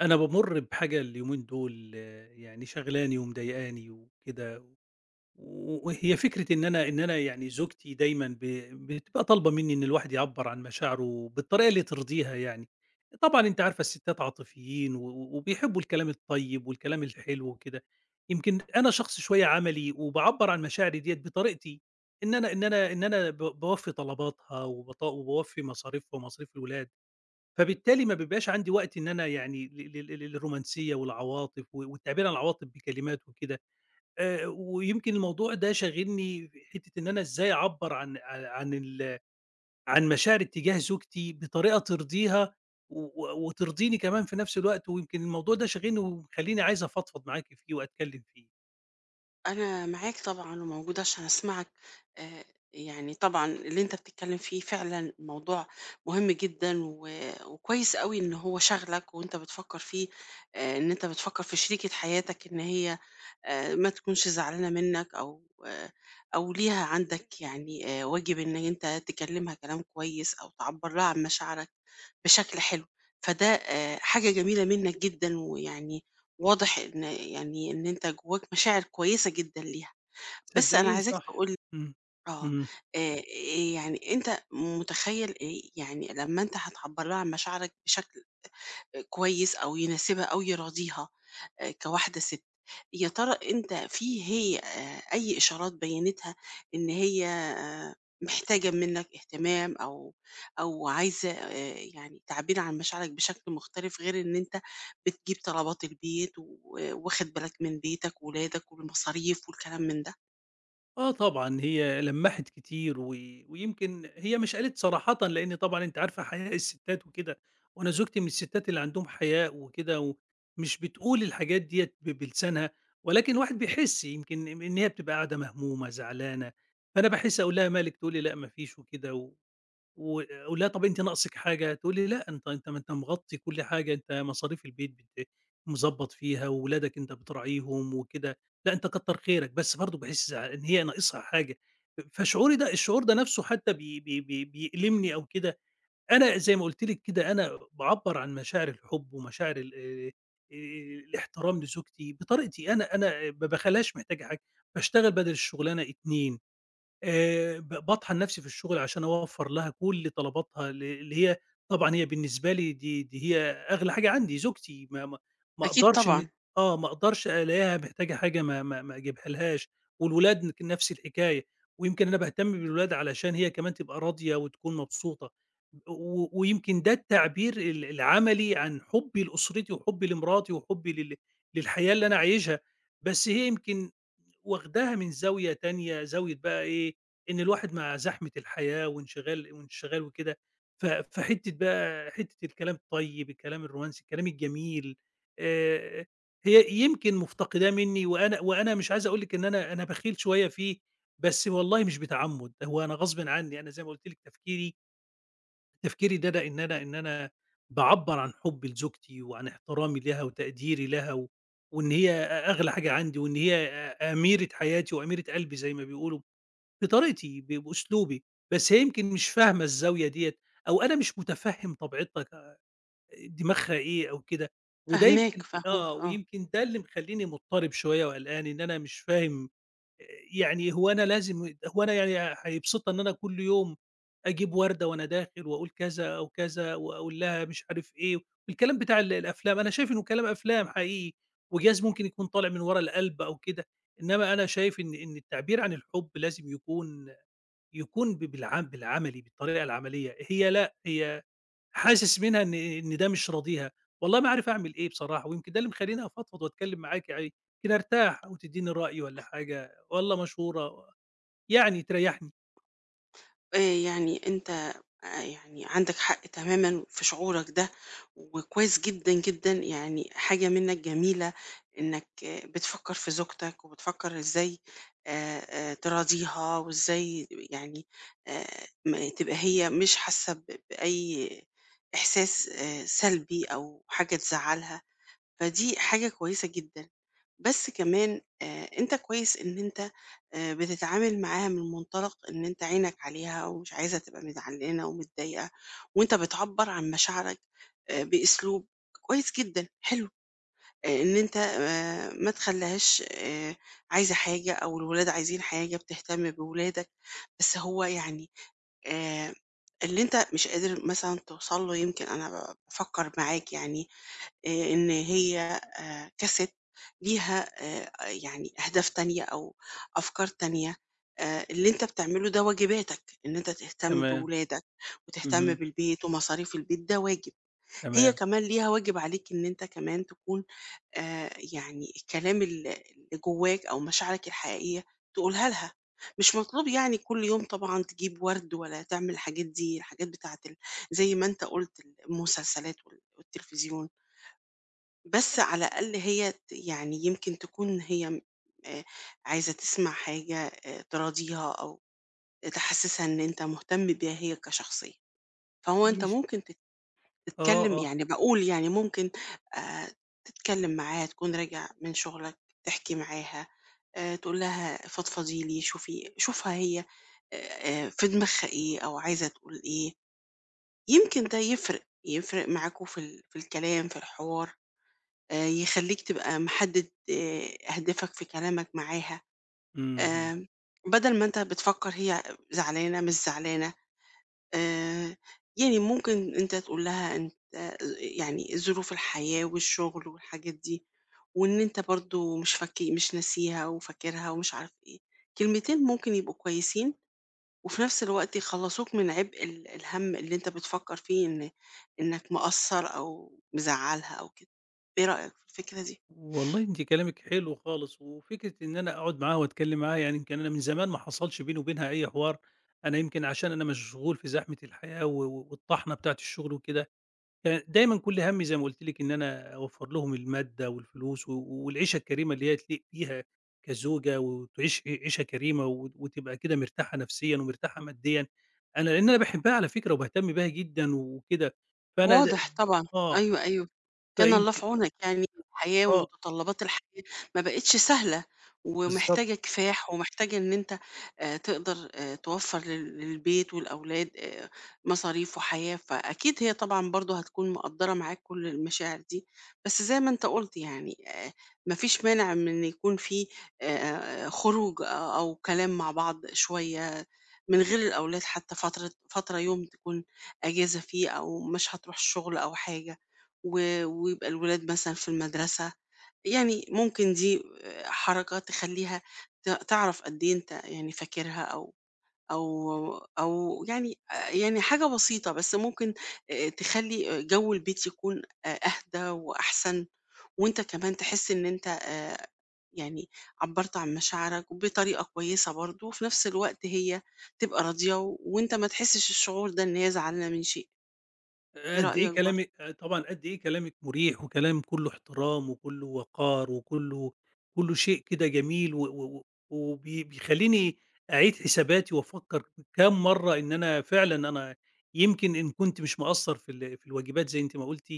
أنا بامُر بحاجة اليومين دول آه، يعني شاغلاني ومضايقاني وكده، وهي فكرة إن أنا يعني زوجتي دايمًا بتبقى طالبة منّي إن الواحد يعبّر عن مشاعره بالطريقة اللي ترضيها يعني. طبعًا أنتِ عارفة الستات عاطفيين وبيحبّوا الكلام الطيب والكلام الحلو وكده. يمكن أنا شخص شوية عملي وباعبّر عن مشاعري ديّة بطريقتي. إن أنا باوفّي طلباتها وباوفّي مصاريفها ومصاريف الولاد. فبالتالي ما بيبقاش عندي وقت إن أنا يعني للرومانسية والعواطف و والتعبير عن العواطف بكلمات وكده. ويمكن الموضوع ده شاغلني في حتّة إن أنا إزاي أعبّر عن عن مشاعري اتجاه زوجتي بطريقة ترضيها و وترضيني كمان في نفس الوقت. ويمكن الموضوع ده شاغلني ومخلّيني عايز أفضفض معاكِ فيه وأتكلّم فيه. أنا معاك طبعًا وموجودة عشان أسمعك. آآ يعني طبعًا اللي أنت بتتكلم فيه فعلًا موضوع مهم جدًا، وكويس أوي إن هو شاغلك وأنت بتفكّر فيه. إن أنت بتفكّر في شريكة حياتك، إن هي ما تكونش زعلانة منّك أو آه، أو ليها عندك يعني واجب إن أنت تكلمها كلام كويس أو تعبّر لها عن مشاعرك بشكل حلو. فده حاجة جميلة منّك جدًا، ويعني واضح إن أنت جواك مشاعر كويسة جدًا ليها، بس أنا صدّقيني عايزاك صح. تقول لي. إمم. آه. إمم. آآ يعني أنت متخيّل، يعني لمّا أنت هتعبّر لها عن مشاعرك بشكل كويس أو يناسبها أو يراضيها كواحدة سِت، يا ترى أنت في هي أي إشارات بيّنتها إن هي محتاجة منّك اهتمام أو أو عايزة يعني تعبير عن مشاعرك بشكل مختلف، غير إن أنت بتجيب طلبات البيت و واخد بالك من بيتك وولادك والمصاريف والكلام من ده؟ آه طبعًا، هي لمّحت كتير ويمكن هي مش قالت صراحةً، لإن طبعًا أنتِ عارفة حياء الستات وكده. وأنا زوجتي من الستات اللي عندهم حياء وكده. ومش بتقول الحاجات ديّة بلسانها. ولكن الواحد بيحس يمكن إن هي بتبقى قاعدة مهمومة، زعلانة. فأنا باحس أقول لها: "مالِك؟" تقول لي: "لأ ما فيش" وكده و أقول لها: "طب أنتِ ناقصِك حاجة؟" تقول لي: "لأ، أنت ما أنت مغطّي كل حاجة، أنت مصاريف البيت بت مضبّط فيها، وولادك أنت بتراعيهم وكده، لأ أنت كتّر خيرك." بس برضه باحس إن هي ناقصها حاجة. فشعوري ده الشعور ده نَفْسه حتى بي بي بي بيألمني أو كده. أنا زي ما قُلت لِك كده أنا باعبّر عن مشاعر الحُب ومشاعر ال الاحترام لزوجتي بطريقتي. أنا ما باخليهاش محتاجة حاجة. باشتغل بدل الشُغلانة 2 ب باطحن نفسي في الشغل عشان أوفّر لها كل طلباتها اللي هي طبعًا، هي بالنسبة لي دي هي أغلى حاجة عندي، زوجتي ما أكيد أقدرش إن طبعًا. آه، ما أقدرش ألاقيها محتاجة حاجة ما أجيبها لهاش. والولاد نفس الحكاية. ويمكن أنا باهتم بالولاد علشان هي كمان تبقى راضية وتكون مبسوطة. ويمكن ده التعبير العملي عن حُبّي لأسرتي وحُبّي لمراتي وحُبّي للحياة اللي أنا عايشها. بس هي يمكن واخداها من زاوية تانية، زاوية بقى إيه، إن الواحد مع زحمة الحياة وانشغال وكده. فحتّة بقى حتّة الكلام الطيب، الكلام الرومانسي، الكلام الجميل. آآ هي يمكن مفتقداه منّي وأنا مش عايز أقول لِك إن أنا بخيل شوية فيه. بس والله مش بتعمُّد، هو أنا غصبٍ عني. أنا زي ما قُلت لِك تفكيري ده أنا إن أنا باعبّر عن حُبّي لزوجتي وعن احترامي لها وتقديري لها وإن هي أغلى حاجة عندي وإن هي أميرة حياتي وأميرة قلبي زي ما بيقولوا، بطريقتي، بأسلوبي. بس هي يمكن مش فاهمة الزاوية ديّة، أو أنا مش مُتفهِّم طبيعتها دماغها إيه أو كده. وده فاهماك، يمكن فاهماك، آه، آه. ويمكن ده اللي مخلّيني مُضطرب شوية وقلقان إن أنا مش فاهم. يعني هو أنا لازم، هو أنا يعني هيبسطها إن أنا كل يوم أجيب وردة وأنا داخل وأقول كذا أو كذا وأقول لها مش عارف إيه، الكلام بتاع الأفلام. أنا شايف إنه كلام أفلام حقيقي، وجايز ممكن يكون طالع من ورا القلب أو كده. إنما أنا شايف إن التعبير عن الحب لازم يكون ب بالع بالعملي، بالطريقة العملية. هي لأ، هي حاسس منها إن ده مش راضيها. والله ما عارف أعمل إيه بصراحة. ويمكن ده اللي مخلّيني أفضفض وأتكلّم معاكِ يعني، يمكن أرتاح وتدّيني رأي والّا حاجة، والّا مشورة، يعني تريّحني. آآ يعني أنت، يعني عندك حق تمامًا في شعورك ده، وكويس جدًا، جدًا، يعني حاجة منّك جميلة إنّك آه، بتفكّر في زوجتك وبتفكّر إزاي آآ تراضيها، وإزاي يعني م تبقى هي مش حاسّة بأي إحساس سلبي أو حاجة تزعّلها، فدي حاجة كويسة جدًا. بس كمان أنت كويس إن أنت بتتعامل معاها من منطلق إن أنت عينك عليها ومش عايزها تبقى مزعلانة ومتضايقة، وأنت بتعبّر عن مشاعرك بأسلوب كويس جدًا، حلو. إن أنت ما تخلّيهاش عايزة حاجة أو الولاد عايزين حاجة، بتهتم بولادك، بس هو يعني آآ اللي أنت مش قادر مثلًا توصل له، يمكن أنا بافكّر معاك، يعني إن هي كَسِت ليها يعني أهداف تانية أو أفكار تانية. اللي أنت بتعمله ده واجباتك، إن أنت تهتم تمام. بولادك وتهتم اهم. بالبيت ومصاريف البيت، ده واجب. هي تمام. كمان ليها واجب عليك، إن أنت كمان تكون يعني الكلام اللي جواك أو مشاعرك الحقيقية تقولها لها. مش مطلوب يعني كل يوم طبعًا تجيب ورد ولا تعمل الحاجات دي، الحاجات بتاعة زي ما أنت قُلت المسلسلات والتلفزيون. بس على الأقل هي يعني يمكن تكون هي آآ عايزة تسمع حاجة تراضيها أو تحسسها إن أنت مهتم بيها هي كشخصية. فهو أنت مش ممكن آه، تتكلم، آه. يعني باقول يعني ممكن آآ تتكلم معاها تكون راجع من شغلك، تحكي معاها، تقول لها فضفضي لي، شوفها هي في دماغها إيه أو عايزة تقول إيه. يمكن ده يفرق، يفرق معاكم في في الكلام، في الحوار. يخلّيك تبقى محدد أهدافك في كلامك معاها. اهم. آمم، بدل ما أنت بتفكّر هي زعلانة، مش زعلانة، آآ يعني ممكن أنت تقول لها أنت يعني ظروف الحياة والشغل والحاجات دي، وإن أنت برضه مش ناسيها وفاكرها ومش عارف إيه، كلمتين ممكن يبقوا كويسين، وفي نفس الوقت يخلّصوك من عبء الهَم اللي أنت بتفكّر فيه، إنك مقصّر أو مزعّلها أو كده. إيه رأيك في الفكرة دي؟ والله أنتِ كلامِك حلو خالص، وفكرة إن أنا أقعد معاها وأتكلّم معاها. يعني يمكن أنا من زمان ما حصلش بيني وبينها أي حوار. أنا يمكن عشان أنا مشغول في زحمة الحياة والطحنة بتاعة الشغل وكده. يعني دايمًا كل هَمّي زي ما قُلت لِك إن أنا أوفّر لهم المادة والفلوس والعيشة الكريمة اللي هي تليق بيها كزوجة، وتعيش عيشة كريمة وتبقى كده مرتاحة نفسيًا ومرتاحة ماديًا. أنا لإن أنا باحبها على فكرة وباهتم بيها جدًا وكده. فأنا د واضح طبعًا. آه. أيوه، أيوه، كان الله فيمكن في عونك. يعني الحياة آه، ومتطلبات الحياة ما بقتش سهلة، بالضبط. ومحتاجة كفاح، ومحتاجة إن أنت تقدر توفّر للبيت والأولاد مصاريف وحياة، فأكيد هي طبعًا برضه هتكون مقدّرة معاك كل المشاعر دي. بس زي ما أنت قُلت يعني ما فيش مانع من إن يكون في خروج أو كلام مع بعض شوية من غير الأولاد، حتى فترة يوم تكون أجازة فيه أو مش هتروح الشغل أو حاجة، و ويبقى الولاد مثلًا في المدرسة. يعني ممكن دي حركة تخلّيها تعرف قد إيه أنت يعني فاكرها، أو يعني يعني حاجة بسيطة، بس ممكن تخلّي جو البيت يكون أهدى وأحسن، وأنت كمان تحس إن أنت يعني عبّرت عن مشاعرك بطريقة كويسة برضه، وفي نفس الوقت هي تبقى راضية، وأنت ما تحسش الشعور ده إن هي زعلانة من شيء. إيه قد إيه رأيك كلامِك، برضه؟ طبعًا قد إيه كلامِك مُريح، وكلام كُلّه احترام وكُلّه وقار كُلّه شيء كده جميل، و و و وبي بيخلّيني أعيد حساباتي وأفكّر كام مرّة إن أنا فعلًا أنا يمكن إن كنت مش مقصّر في في الواجبات زي أنتِ ما قُلتِ.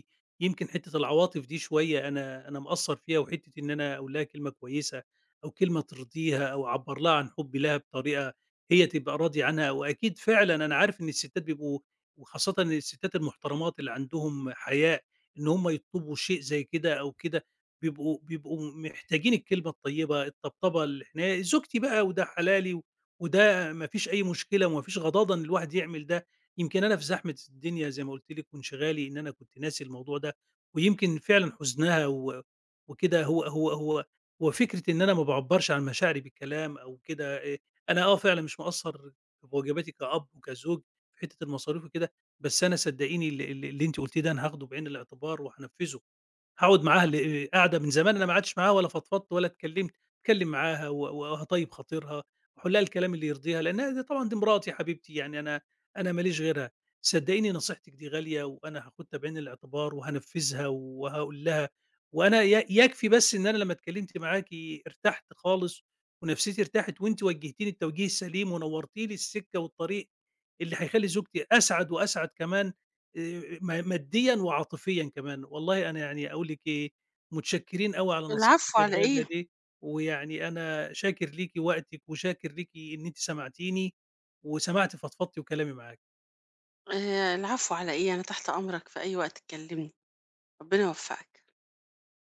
يمكن حتّة العواطف دي شوية أنا مقصّر فيها، وحتّة إن أنا أقول لها كلمة كويسة أو كلمة ترضيها أو أعبّر لها عن حُبّي لها بطريقة هي تبقى راضية عنها. وأكيد فعلًا أنا عارف إن الستّات بيبقوا، وخاصة الستات المحترمات اللي عندهم حياء، إن هم يطلبوا شيء زي كده أو كده، بيبقوا محتاجين الكلمة الطيبة، الطبطبة، الحناية. زوجتي بقى وده حلالي، وده ما فيش أي مشكلة وما فيش غضاضة إن الواحد يعمل ده. يمكن أنا في زحمة الدنيا زي ما قلت لك وانشغالي إن أنا كنت ناسي الموضوع ده، ويمكن فعلا حزنها وكده. هو هو هو هو فكرة إن أنا ما بعبرش عن مشاعري بالكلام أو كده إيه. أنا أه فعلا مش مقصر في واجباتي كأب وكزوج في حتة المصاريف وكده. بس أنا صدقيني ال ال اللي أنتِ قُلتيه ده أنا هاخده بعين الاعتبار وهانفّذه. هاقعد معاها. قاعدة من زمان أنا ما قعدتش معاها ولا فضفضت ولا اتكلمت. هاتكلم معاها وهاطيب خاطرها واقول لها الكلام اللي يرضيها، لأنها دي طبعًا دي مراتي حبيبتي، يعني أنا ما ليش غيرها. صدقيني نصيحتِك دي غالية، وأنا هاخدها بعين الاعتبار وهانفذها وهاقول لها. وأنا يكفي بس إن أنا لمّا اتكلمت معاكِ ارتحت خالص ونفسيتي ارتاحت، وأنتِ وجهتيني التوجيه السليم ونورتِ لي السكة والطريق اللي هيخلّي زوجتي أسعد وأسعد كمان، م ماديًا وعاطفيًا كمان. والله أنا يعني أقول لِك إيه، متشكرين أوي على العفو نصيحتِك على الغالية إيه؟ دي. ويعني أنا شاكر ليكِ وقتِك وشاكر ليكِ إن أنتِ سمعتيني وسمعتِ فضفضتي وكلامي معاكِ. العفو على إيه، أنا تحت أمرك في أي وقت تكلمني، ربنا يوفقك.